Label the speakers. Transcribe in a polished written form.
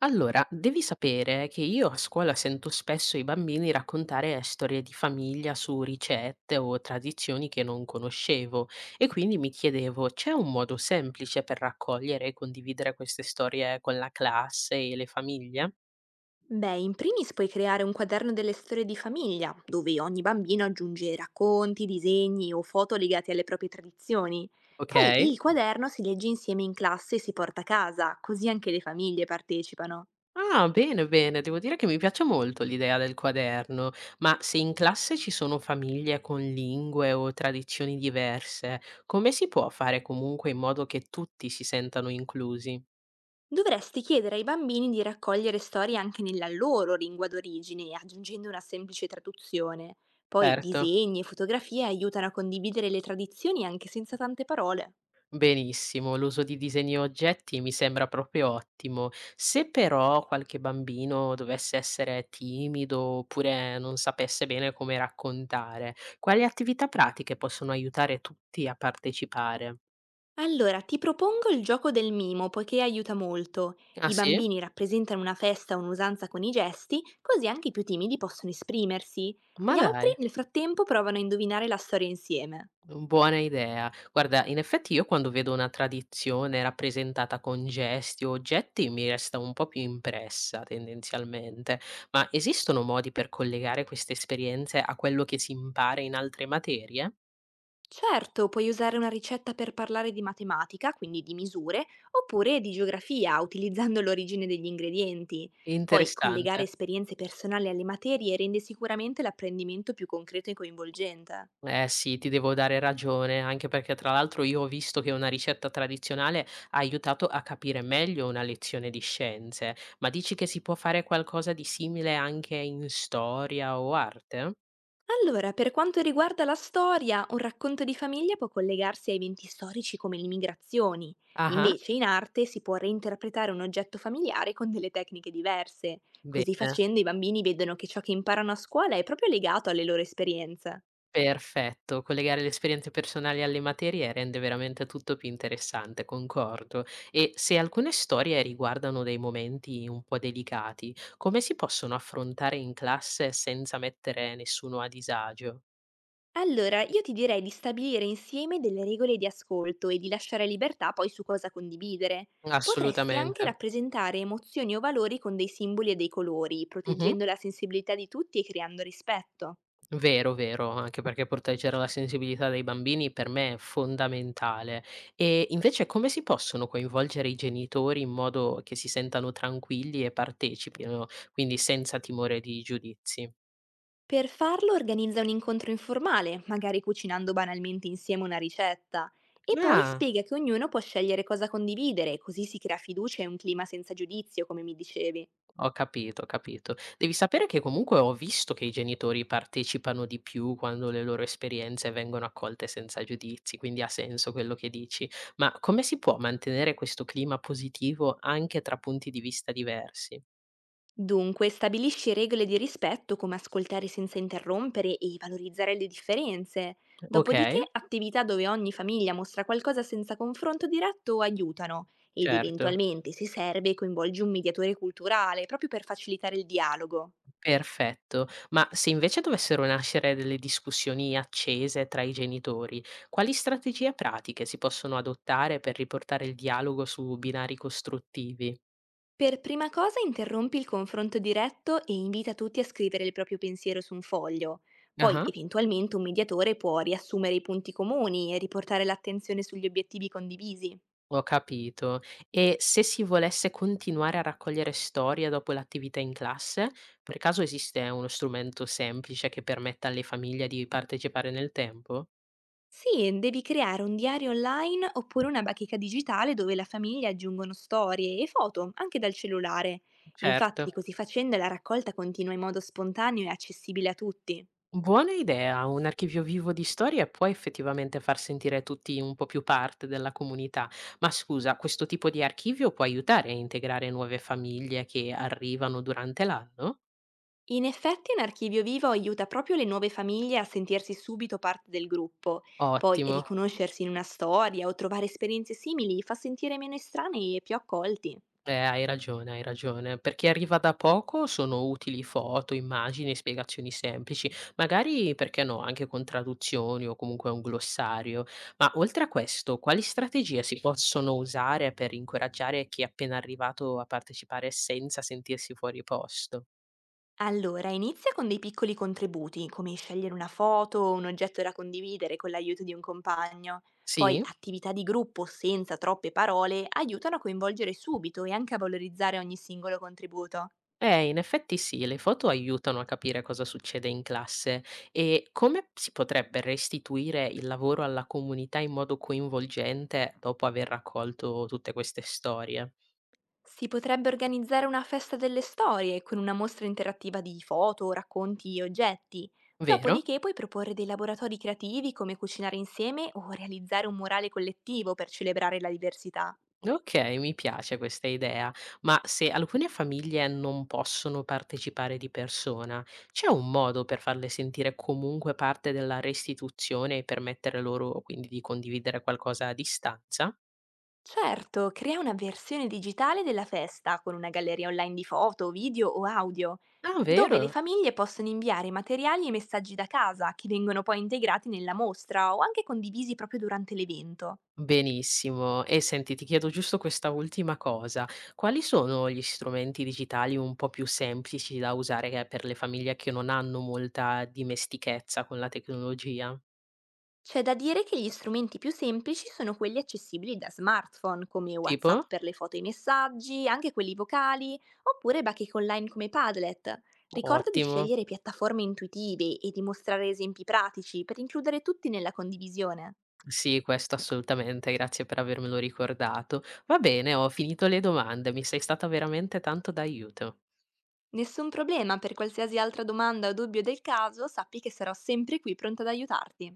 Speaker 1: Allora, devi sapere che io a scuola sento spesso i bambini raccontare storie di famiglia su ricette o tradizioni che non conoscevo e quindi mi chiedevo, c'è un modo semplice per raccogliere e condividere queste storie con la classe e le famiglie?
Speaker 2: Beh, in primis puoi creare un quaderno delle storie di famiglia, dove ogni bambino aggiunge racconti, disegni o foto legate alle proprie tradizioni.
Speaker 1: Ok.
Speaker 2: Poi il quaderno si legge insieme in classe e si porta a casa, così anche le famiglie partecipano.
Speaker 1: Ah, bene, bene, devo dire che mi piace molto l'idea del quaderno, ma se in classe ci sono famiglie con lingue o tradizioni diverse, come si può fare comunque in modo che tutti si sentano inclusi?
Speaker 2: Dovresti chiedere ai bambini di raccogliere storie anche nella loro lingua d'origine, aggiungendo una semplice traduzione. Poi
Speaker 1: Certo,
Speaker 2: disegni e fotografie aiutano a condividere le tradizioni anche senza tante parole.
Speaker 1: benissimo. L'uso di disegni e oggetti mi sembra proprio ottimo. Se però qualche bambino dovesse essere timido oppure non sapesse bene come raccontare, quali attività pratiche possono aiutare tutti a partecipare?
Speaker 2: Allora, ti propongo il gioco del mimo, poiché aiuta molto.
Speaker 1: Ah
Speaker 2: I
Speaker 1: sì?
Speaker 2: bambini rappresentano una festa o un'usanza con i gesti, così anche i più timidi possono esprimersi.
Speaker 1: Ma
Speaker 2: Gli altri,
Speaker 1: dai.
Speaker 2: nel frattempo, provano a indovinare la storia insieme.
Speaker 1: Buona idea. Guarda, in effetti io quando vedo una tradizione rappresentata con gesti o oggetti mi resta un po' più impressa tendenzialmente, ma esistono modi per collegare queste esperienze a quello che si impara in altre materie?
Speaker 2: Certo, puoi usare una ricetta per parlare di matematica, quindi di misure, oppure di geografia, utilizzando l'origine degli ingredienti. Poi collegare
Speaker 1: Interessante.
Speaker 2: esperienze personali alle materie rende sicuramente l'apprendimento più concreto e coinvolgente.
Speaker 1: Eh sì, ti devo dare ragione, anche perché tra l'altro io ho visto che una ricetta tradizionale ha aiutato a capire meglio una lezione di scienze, ma dici che si può fare qualcosa di simile anche in storia o arte?
Speaker 2: Allora, per quanto riguarda la storia, un racconto di famiglia può collegarsi a eventi storici come le migrazioni,
Speaker 1: Ah.
Speaker 2: invece in arte si può reinterpretare un oggetto familiare con delle tecniche diverse. Così
Speaker 1: Bene,
Speaker 2: facendo i bambini vedono che ciò che imparano a scuola è proprio legato alle loro esperienze.
Speaker 1: perfetto. Collegare le esperienze personali alle materie rende veramente tutto più interessante, concordo. E se alcune storie riguardano dei momenti un po' delicati, come si possono affrontare in classe senza mettere nessuno a disagio?
Speaker 2: Allora, io ti direi di stabilire insieme delle regole di ascolto e di lasciare libertà poi su cosa condividere. Potresti anche
Speaker 1: Assolutamente.
Speaker 2: rappresentare emozioni o valori con dei simboli e dei colori,
Speaker 1: Mh-mh.
Speaker 2: proteggendo la sensibilità di tutti e creando rispetto.
Speaker 1: Vero, vero, anche perché proteggere la sensibilità dei bambini per me è fondamentale. E invece come si possono coinvolgere i genitori in modo che si sentano tranquilli e partecipino, quindi senza timore di giudizi?
Speaker 2: Per farlo organizza un incontro informale, magari cucinando banalmente insieme una ricetta, e poi
Speaker 1: Ah,
Speaker 2: spiega che ognuno può scegliere cosa condividere, così si crea fiducia e un clima senza giudizio, come mi dicevi.
Speaker 1: ho capito, ho capito. Devi sapere che comunque ho visto che i genitori partecipano di più quando le loro esperienze vengono accolte senza giudizi, quindi ha senso quello che dici. Ma come si può mantenere questo clima positivo anche tra punti di vista diversi?
Speaker 2: Dunque, stabilisci regole di rispetto come ascoltare senza interrompere e valorizzare le differenze.
Speaker 1: Ok.
Speaker 2: Dopodiché, attività dove ogni famiglia mostra qualcosa senza confronto diretto aiutano ed
Speaker 1: Certo,
Speaker 2: eventualmente, se serve, coinvolgi un mediatore culturale proprio per facilitare il dialogo.
Speaker 1: perfetto. Ma se invece dovessero nascere delle discussioni accese tra i genitori, quali strategie pratiche si possono adottare per riportare il dialogo su binari costruttivi?
Speaker 2: Per prima cosa interrompi il confronto diretto e invita tutti a scrivere il proprio pensiero su un foglio. Poi,
Speaker 1: Ah,
Speaker 2: eventualmente, un mediatore può riassumere i punti comuni e riportare l'attenzione sugli obiettivi condivisi.
Speaker 1: ho capito. E se si volesse continuare a raccogliere storie dopo l'attività in classe, per caso esiste uno strumento semplice che permetta alle famiglie di partecipare nel tempo?
Speaker 2: Sì, devi creare un diario online oppure una bacheca digitale dove la famiglia aggiungono storie e foto, anche dal cellulare. Infatti,
Speaker 1: Certo.
Speaker 2: così facendo la raccolta continua in modo spontaneo e accessibile a tutti.
Speaker 1: Buona idea, un archivio vivo di storie può effettivamente far sentire tutti un po' più parte della comunità, ma scusa, questo tipo di archivio può aiutare a integrare nuove famiglie che arrivano durante l'anno?
Speaker 2: In effetti un archivio vivo aiuta proprio le nuove famiglie a sentirsi subito parte del gruppo, poi
Speaker 1: Ottimo.
Speaker 2: riconoscersi in una storia o trovare esperienze simili fa sentire meno estranei e più accolti.
Speaker 1: Beh, hai ragione, hai ragione. Per chi arriva da poco sono utili foto, immagini e spiegazioni semplici, magari perché no, anche con traduzioni o comunque un glossario. Ma oltre a questo, quali strategie si possono usare per incoraggiare chi è appena arrivato a partecipare senza sentirsi fuori posto?
Speaker 2: Allora, inizia con dei piccoli contributi, come scegliere una foto o un oggetto da condividere con l'aiuto di un compagno. Poi
Speaker 1: Sì?
Speaker 2: attività di gruppo senza troppe parole aiutano a coinvolgere subito e anche a valorizzare ogni singolo contributo.
Speaker 1: In effetti sì, le foto aiutano a capire cosa succede in classe e come si potrebbe restituire il lavoro alla comunità in modo coinvolgente dopo aver raccolto tutte queste storie.
Speaker 2: Si potrebbe organizzare una festa delle storie con una mostra interattiva di foto, racconti e oggetti.
Speaker 1: Vero?
Speaker 2: Dopodiché puoi proporre dei laboratori creativi come cucinare insieme o realizzare un murale collettivo per celebrare la diversità.
Speaker 1: Ok, mi piace questa idea, ma se alcune famiglie non possono partecipare di persona, c'è un modo per farle sentire comunque parte della restituzione e permettere loro quindi di condividere qualcosa a distanza?
Speaker 2: Certo, crea una versione digitale della festa con una galleria online di foto, video o audio,
Speaker 1: Ah,
Speaker 2: dove le
Speaker 1: vero?
Speaker 2: famiglie possono inviare materiali e messaggi da casa che vengono poi integrati nella mostra o anche condivisi proprio durante l'evento.
Speaker 1: Benissimo. E senti, ti chiedo giusto questa ultima cosa. Quali sono gli strumenti digitali un po' più semplici da usare che per le famiglie che non hanno molta dimestichezza con la tecnologia?
Speaker 2: C'è da dire che gli strumenti più semplici sono quelli accessibili da smartphone, come
Speaker 1: Tipo?
Speaker 2: WhatsApp per le foto e i messaggi, anche quelli vocali, oppure bacheche online come Padlet. Ricorda di
Speaker 1: Ottimo.
Speaker 2: scegliere piattaforme intuitive e di mostrare esempi pratici per includere tutti nella condivisione.
Speaker 1: Sì, questo assolutamente, grazie per avermelo ricordato. Va bene, ho finito le domande, mi sei stata veramente tanto d'aiuto.
Speaker 2: Nessun problema, per qualsiasi altra domanda o dubbio del caso, sappi che sarò sempre qui pronta ad aiutarti.